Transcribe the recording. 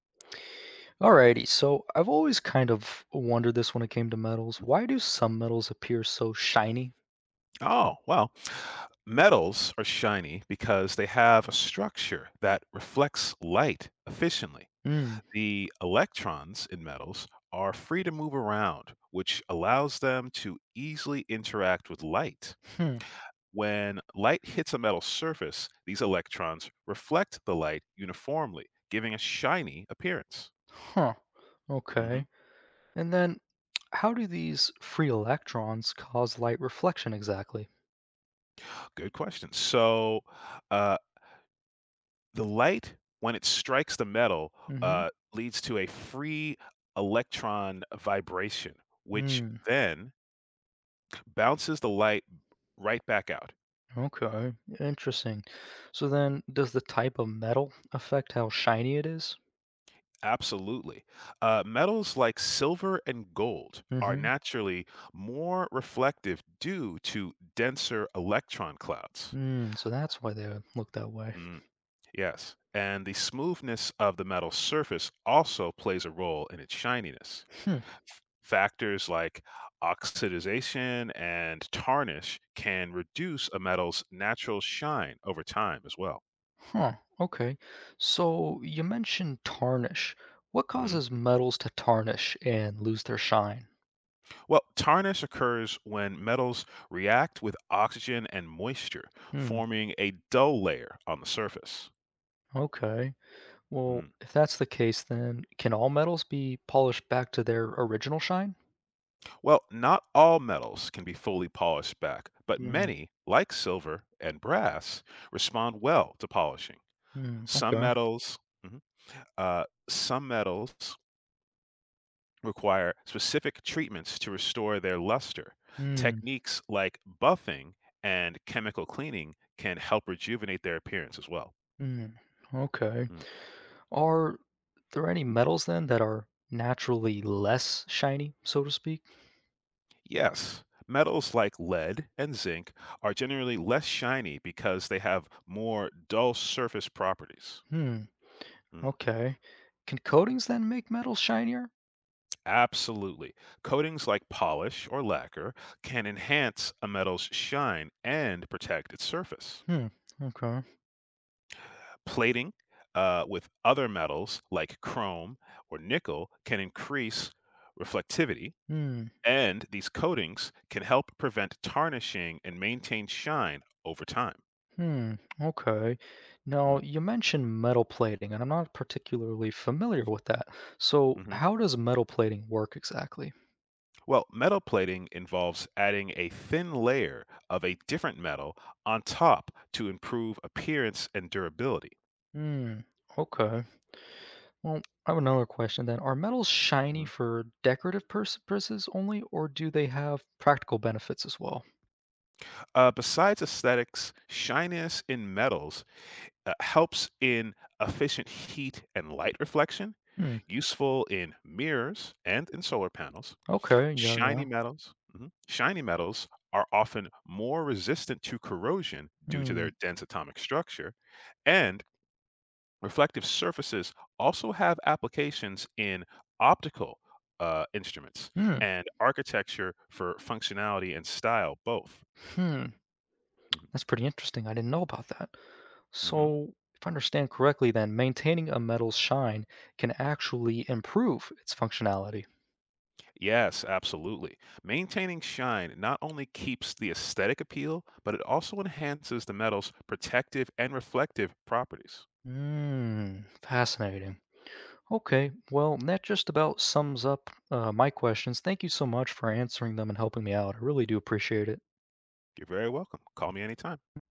Alrighty, so I've always kind of wondered this when it came to metals. Why do some metals appear so shiny? Oh, well, metals are shiny because they have a structure that reflects light efficiently. Mm, The electrons in metals are free to move around, which allows them to easily interact with light. hmm, When light hits a metal surface, these electrons reflect the light uniformly, giving a shiny appearance. huh, okay. Mhm. And then, how do these free electrons cause light reflection exactly? Good question. So, uh, the light, when it strikes the metal, Mm-hmm. uh, leads to a free electron vibration, which Mm, then bounces the light right back out. okay, interesting. So then, does the type of metal affect how shiny it is? Absolutely. Metals like silver and gold are Mm-hmm. naturally more reflective due to denser electron clouds. Mm, so that's why they look that way. Mm, yes. And the smoothness of the metal's surface also plays a role in its shininess. Hmm. Factors like oxidization and tarnish can reduce a metal's natural shine over time as well. Huh, okay. So you mentioned tarnish. What Hmm. causes metals to tarnish and lose their shine? Well, tarnish occurs when metals react with oxygen and moisture, Hmm, forming a dull layer on the surface. okay. Well, Mm. if that's the case, then can all metals be polished back to their original shine? Well, not all metals can be fully polished back, but Hmm, many, like silver and brass, respond well to polishing. hmm, Some okay. metals, Mhm. Some metals require specific treatments to restore their luster. Hmm, Techniques like buffing and chemical cleaning can help rejuvenate their appearance as well. hmm, okay. Mm. Are there any metals then that are naturally less shiny, so to speak? Yes, metals like lead and zinc are generally less shiny because they have more dull surface properties. Hmm, Mm. okay. Can coatings then make metals shinier? Absolutely. Coatings like polish or lacquer can enhance a metal's shine and protect its surface. Hmm, okay. Plating with other metals like chrome or nickel can increase reflectivity, Hmm. and these coatings can help prevent tarnishing and maintain shine over time. Hmm, okay. Now, Mm, you mentioned metal plating, and I'm not particularly familiar with that. So, mhm. how does metal plating work exactly? Well, metal plating involves adding a thin layer of a different metal on top to improve appearance and durability. Hmm, okay. Well, I have another question then. Are metals shiny Mhm. for decorative purposes only, or do they have practical benefits as well? Besides aesthetics, shininess in metals helps in efficient heat and light reflection Hmm, useful in mirrors and in solar panels, okay. Yeah, yeah. shiny metals are often more resistant to corrosion due to Hmm, their dense atomic structure, and reflective surfaces also have applications in optical instruments hmm, and architecture for functionality and style both. hmm. Mhm, That's pretty interesting. I didn't know about that. mhm. So, if I understand correctly, then maintaining a metal's shine can actually improve its functionality. Yes, absolutely. Maintaining shine not only keeps the aesthetic appeal, but it also enhances the metal's protective and reflective properties. Mm, fascinating. Okay, well, that just about sums up my questions. Thank you so much for answering them and helping me out. I really do appreciate it. You're very welcome. Call me anytime.